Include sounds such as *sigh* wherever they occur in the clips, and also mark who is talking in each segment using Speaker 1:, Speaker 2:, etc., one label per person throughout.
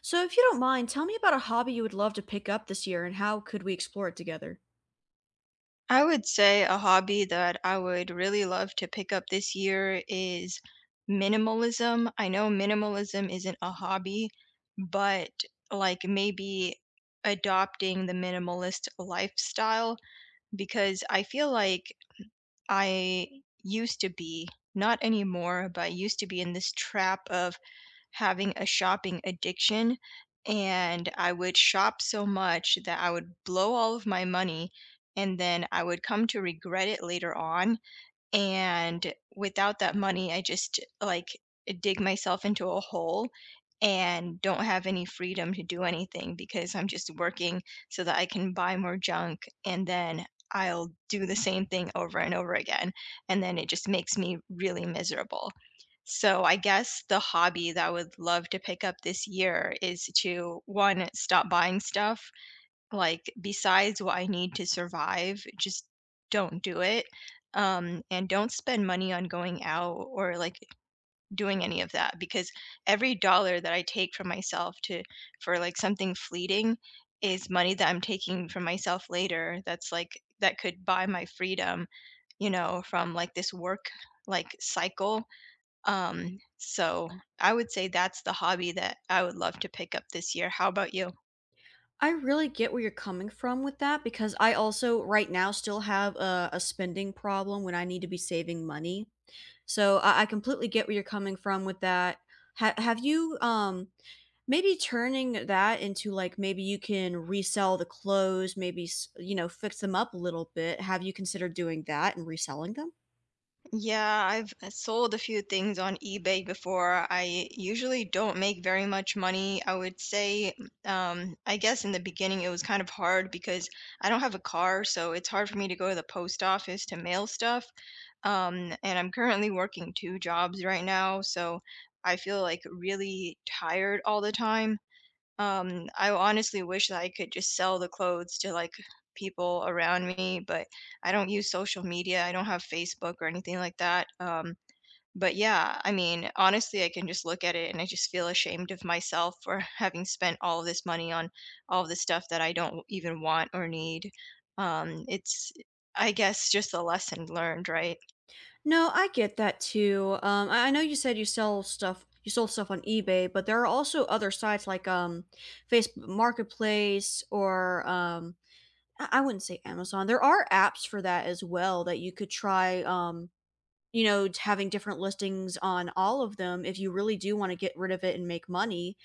Speaker 1: So, if you don't mind, tell me about a hobby you would love to pick up this year and how could we explore it together?
Speaker 2: I would say a hobby that I would really love to pick up this year is minimalism. I know minimalism isn't a hobby, but like maybe adopting the minimalist lifestyle because I feel like I used to be, not anymore, but I used to be in this trap of having a shopping addiction, and I would shop so much that I would blow all of my money, and then I would come to regret it later on, and without that money, I just, like, dig myself into a hole and don't have any freedom to do anything because I'm just working so that I can buy more junk, and then I'll do the same thing over and over again, and then it just makes me really miserable. So I guess the hobby that I would love to pick up this year is to, 1, stop buying stuff like, besides what I need to survive, just don't do it. And don't spend money on going out or like doing any of that because every dollar that I take from myself to for like something fleeting is money that I'm taking from myself later that's like that could buy my freedom, from like this work like cycle. So I would say that's the hobby that I would love to pick up this year. How about you?
Speaker 1: I really get where you're coming from with that because I also, right now, still have a spending problem when I need to be saving money. So, I completely get where you're coming from with that. Have you, maybe turning that into like maybe you can resell the clothes, maybe, you know, fix them up a little bit? Have you considered doing that and reselling them?
Speaker 2: Yeah, I've sold a few things on eBay before. I usually don't make very much money. I would say, I guess in the beginning it was kind of hard because I don't have a car, so it's hard for me to go to the post office to mail stuff. And I'm currently working two jobs right now, so I feel like really tired all the time. I honestly wish that I could just sell the clothes to, like, people around me, but I don't use social media, I don't have Facebook or anything like that, but yeah, I mean, honestly, I can just look at it and I just feel ashamed of myself for *laughs* having spent all of this money on all of the stuff that I don't even want or need. It's, I guess, just a lesson learned, right?
Speaker 1: No, I get that too. I know you said you sell stuff, you sold stuff on eBay, but there are also other sites like Facebook Marketplace or I wouldn't say Amazon. There are apps for that as well that you could try. You know, having different listings on all of them if you really do want to get rid of it and make money.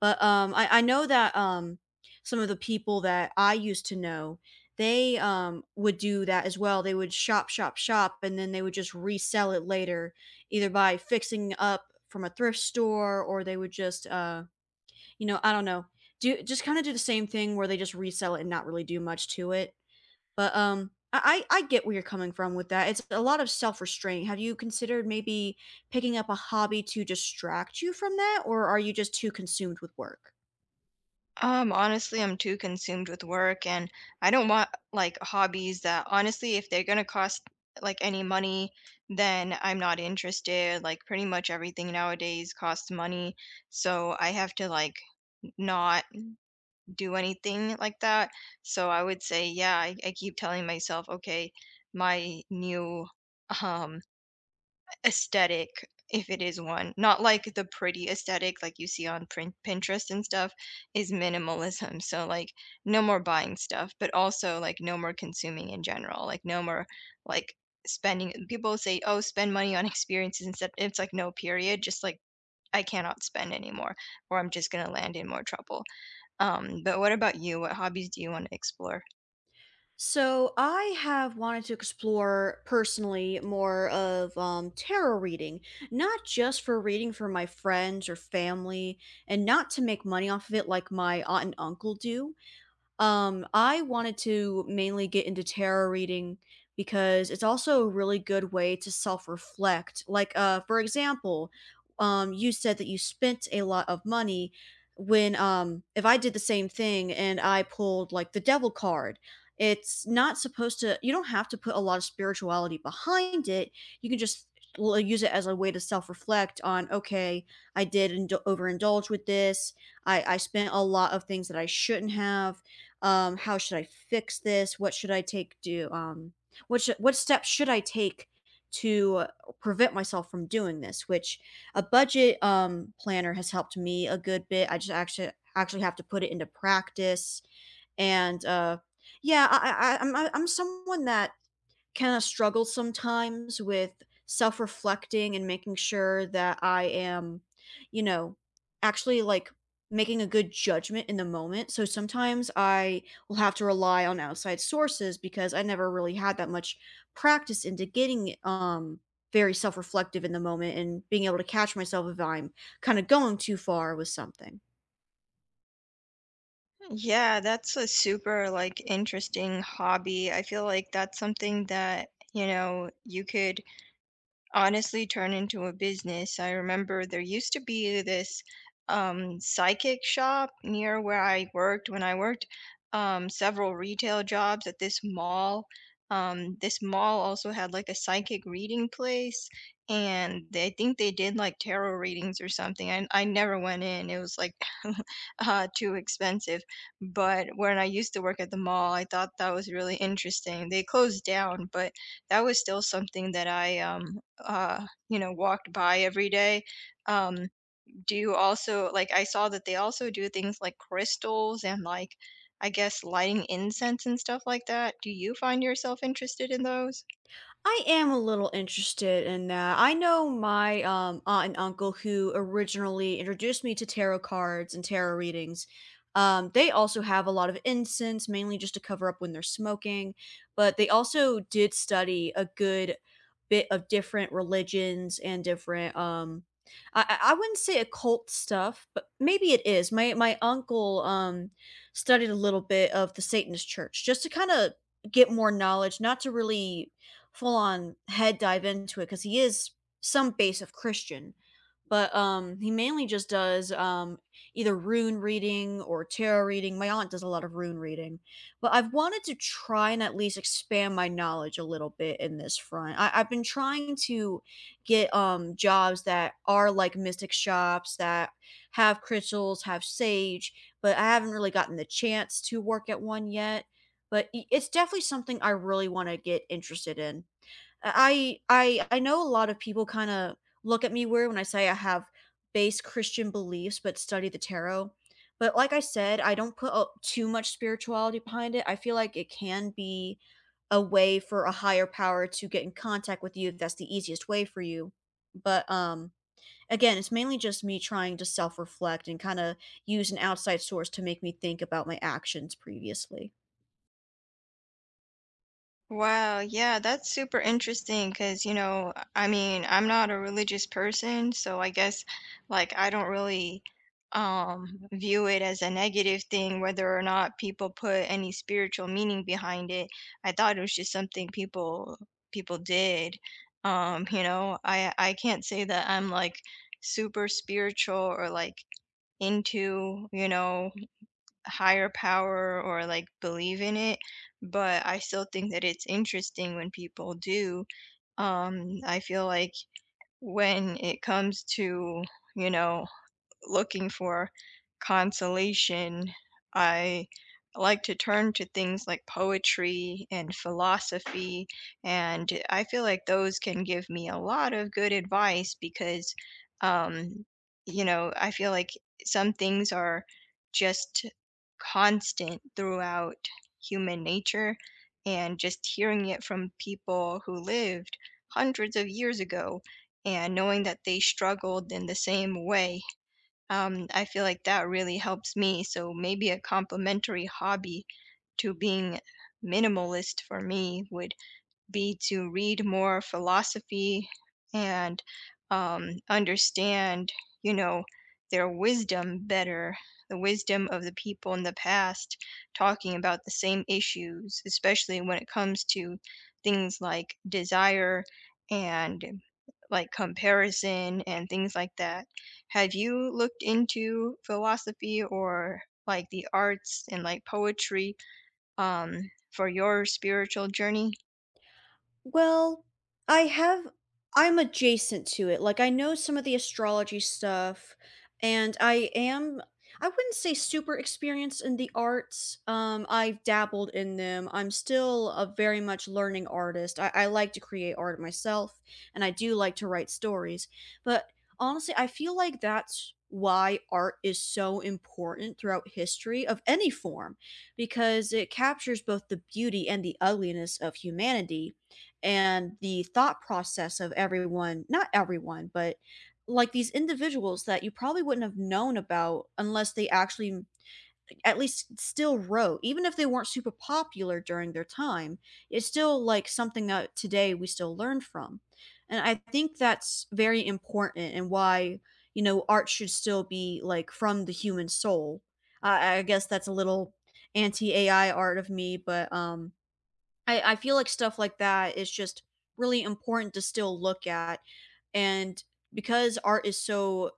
Speaker 1: But, I know that, some of the people that I used to know, they, would do that as well. They would shop, shop, shop, and then they would just resell it later, either by fixing up from a thrift store or they would just, you know, I don't know, do just kinda do the same thing where they just resell it and not really do much to it. But, I get where you're coming from with that. It's a lot of self-restraint. Have you considered maybe picking up a hobby to distract you from that, or are you just too consumed with work?
Speaker 2: Honestly, I'm too consumed with work and I don't want like hobbies that honestly, if they're gonna cost like any money, then I'm not interested. Like pretty much everything nowadays costs money, so I have to like not do anything like that. So I would say, yeah, I keep telling myself, okay, my new *laughs* um aesthetic, if it is one, not like the pretty aesthetic like you see on print Pinterest and stuff, is minimalism. So, like, no more buying stuff, but also, like, no more consuming in general. Like, no more, like, spending. People say, "Oh, spend money on *laughs* experiences instead." It's like, no, period. Just like, I cannot spend anymore, or I'm just gonna land in more trouble. But what about you? What hobbies do you want to explore?
Speaker 1: So I have wanted to explore personally more of tarot reading, not just for reading for my friends or family, and not to make money off of it like my aunt and uncle do. I wanted to mainly get into tarot reading because it's also a really good way to self-reflect. Like, for example, you said that you spent a lot of money when, if I did the same thing and I pulled like the devil card, it's not supposed to, you don't have to put a lot of spirituality behind it. You can just use it as a way to self-reflect on, okay, I overindulge with this. I spent a lot of things that I shouldn't have. How should I fix this? What should what steps should I take to prevent myself from doing this? Which a budget planner has helped me a good bit. I just actually have to put it into practice. And yeah, I'm someone that kind of struggle sometimes with self reflecting and making sure that I am, you know, actually like making a good judgment in the moment. So sometimes I will have to rely on outside sources because I never really had that much practice into getting very self reflective in the moment and being able to catch myself if I'm kind of going too far with something.
Speaker 2: Yeah, that's a super like interesting hobby. I feel like that's something that, you know, you could honestly turn into a business. I remember there used to be this psychic shop near where I worked when I worked several retail jobs at this mall. This mall also had like a psychic reading place, and I think they did like tarot readings or something. I never went in, it was like *laughs* too expensive. But when I used to work at the mall, I thought that was really interesting. They closed down, but that was still something that I walked by every day. Um, do you also like I saw that they also do things like crystals and like I guess lighting incense and stuff like that. Do you find yourself interested in those?
Speaker 1: I am a little interested in that. I know my aunt and uncle who originally introduced me to tarot cards and tarot readings. They also have a lot of incense, mainly just to cover up when they're smoking, but they also did study a good bit of different religions and different um, I wouldn't say occult stuff, but maybe it is. My uncle studied a little bit of the Satanist church just to kind of get more knowledge, not to really full on head dive into it because he is some base of Christian, but he mainly just does, either rune reading or tarot reading. My aunt does a lot of rune reading, but I've wanted to try and at least expand my knowledge a little bit in this front. I've been trying to get jobs that are like mystic shops that have crystals, have sage, but I haven't really gotten the chance to work at one yet. But it's definitely something I really want to get interested in. I know a lot of people kinda look at me weird when I say I have base Christian beliefs, but study the tarot. But like I said, I don't put o too much spirituality behind it. I feel like it can be a way for a higher power to get in contact with you if that's the easiest way for you. But, again, it's mainly just me trying to self-reflect and kinda use an outside source to make me think about my actions previously.
Speaker 2: Wow, yeah, that's super interesting because, you know, I mean, I'm not a religious person, so I guess like I don't really view it as a negative thing whether or not people put any spiritual meaning behind it. I thought it was just something people did. I can't say that I'm like super spiritual or like into, you know, higher power or like believe in it, but I still think that it's interesting when people do. I feel like when it comes to, you know, looking for consolation, I like to turn to things like poetry and philosophy, and I feel like those can give me a lot of good advice because, um, I feel like some things are just constant throughout human nature, and just hearing it from people who lived hundreds of years ago and knowing that they struggled in the same way. I feel like that really helps me. So maybe a complementary hobby to being minimalist for me would be to read more philosophy and understand, you know, their wisdom better, the wisdom of the people in the past talking about the same issues, especially when it comes to things like desire and like comparison and things like that. Have you looked into philosophy or like the arts and like poetry for your spiritual journey?
Speaker 1: Well, I have I'm adjacent to it, like, I know some of the astrology stuff, and I am I wouldn't say super experienced in the arts. I've dabbled in them, I'm still a very much learning artist, I like to create art myself, and I do like to write stories, but, honestly, I feel like that's why art is so important throughout history of any form, because it captures both the beauty and the ugliness of humanity and the thought process of everyone not everyone, but like these individuals that you probably wouldn't have known about unless they actually at least still wrote, even if they weren't super popular during their time, it's still like something that today we still learn from. And I think that's very important and why, you know, art should still be like from the human soul. I guess that's a little anti AI art of me, but I feel like stuff like that is just really important to still look at, and because art is so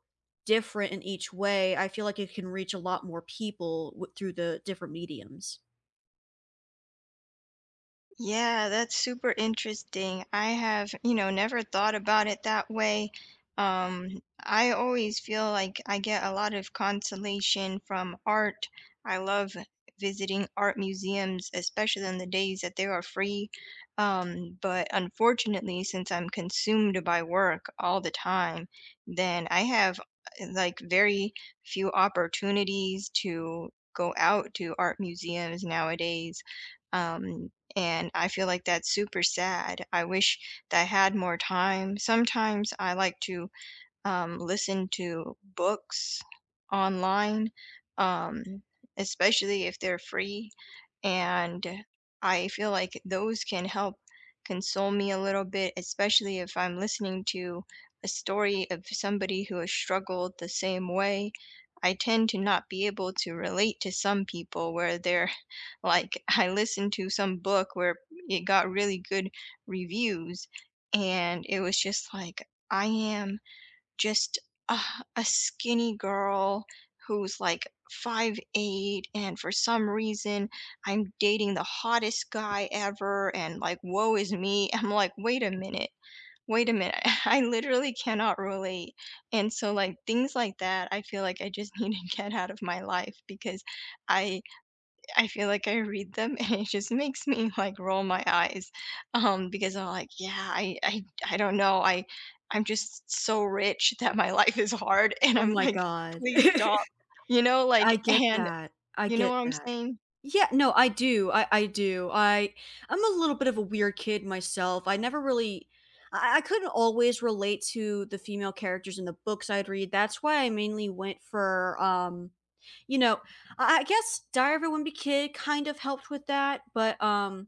Speaker 1: different in each way, I feel like it can reach a lot more people w through the different mediums.
Speaker 2: Yeah, that's super interesting. I have, never thought about it that way. I always feel like I get a lot of consolation from art. I love visiting art museums, especially on the days that they are free. But unfortunately, since I'm consumed by work all the time, then I have like very few opportunities to go out to art museums nowadays um, and I feel like that's super sad. I wish that I had more time. Sometimes I like to listen to books online, um, especially if they're free. And I feel like those can help console me a little bit, especially if I'm listening to a story of somebody who has struggled the same way. I tend to not be able to relate to some people where they're *laughs* like, I listened to some book where it got really good reviews, and it was just like, I am just a a skinny girl who's, like, 5'8", and for some reason, I'm dating the hottest guy ever, and, like, woe is me. *laughs* I'm like, "Wait a minute. Wait a minute. *laughs* I literally cannot relate." And so, like, things like that, I feel like I just *laughs* need to get out of my life because I I feel like I read them *laughs* and it just makes me like roll my eyes, because I'm like, yeah, I don't know, I'm just so rich *laughs* that my life is hard, and
Speaker 1: Oh
Speaker 2: I'm
Speaker 1: my
Speaker 2: like,
Speaker 1: god.
Speaker 2: please stop,
Speaker 1: *laughs* I get
Speaker 2: and
Speaker 1: that, I
Speaker 2: you know
Speaker 1: get
Speaker 2: what I'm
Speaker 1: that.
Speaker 2: saying?
Speaker 1: Yeah, no, I do, I do. I I'm a little bit of a weird kid myself. I never really I couldn't always relate to the female characters in the books I'd read. That's why I mainly went for, you know, I guess Diary of a Wimpy Kid kind of helped with that, but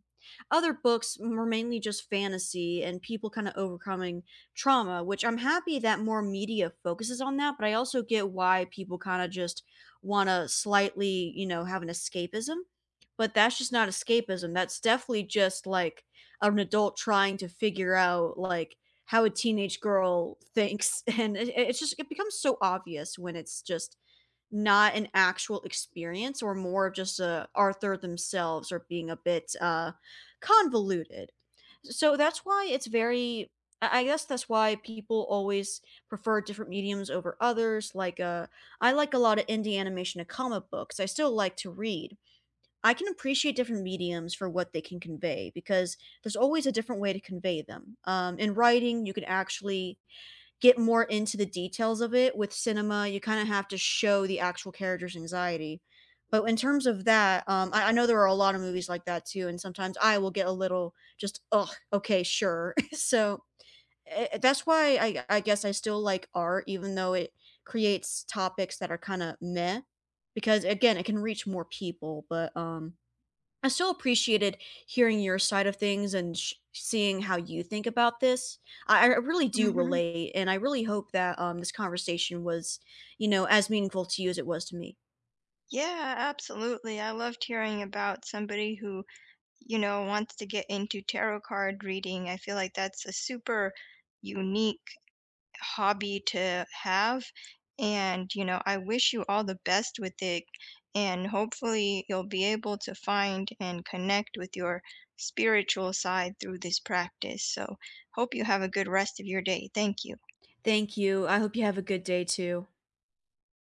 Speaker 1: other books were mainly just fantasy and people kind of overcoming trauma, which I'm happy that more media focuses on that, but I also get why people kind of just want to slightly, you know, have an escapism. But that's just not escapism. That's definitely just like an adult trying to figure out like how a teenage girl thinks. *laughs* And it's just, it becomes so obvious when it's just not an actual experience or more of just, Arthur themselves are being a bit, convoluted. So that's why it's very I guess that's why people always prefer different mediums over others, like, I like a lot of indie animation and comic books, I still like to read. I can appreciate different mediums for what they can convey because there's always a different way to convey them. In writing, you can actually get more into the details of it. With cinema, you kinda have to show the actual character's anxiety. But in terms of that, I know there are a lot of movies like that too, and sometimes I will get a little just, "Ugh, okay, sure." *laughs* So, that's why I guess I still like art even though it creates topics that are kinda meh, because again, it can reach more people, but, I still appreciated hearing your side of things and seeing how you think about this. I really do
Speaker 2: Hmm.
Speaker 1: relate, and I really hope that, this conversation was, you know, as meaningful to you as it was to me.
Speaker 2: Yeah, absolutely. I loved hearing about somebody who, you know, wants to get into tarot card reading. I feel like that's a super unique hobby to have. And, you know, I wish you all the best with it. And hopefully, you'll be able to find and connect with your spiritual side through this practice. So, hope you have a good rest of your day. Thank you.
Speaker 1: Thank you. I hope you have a good day too.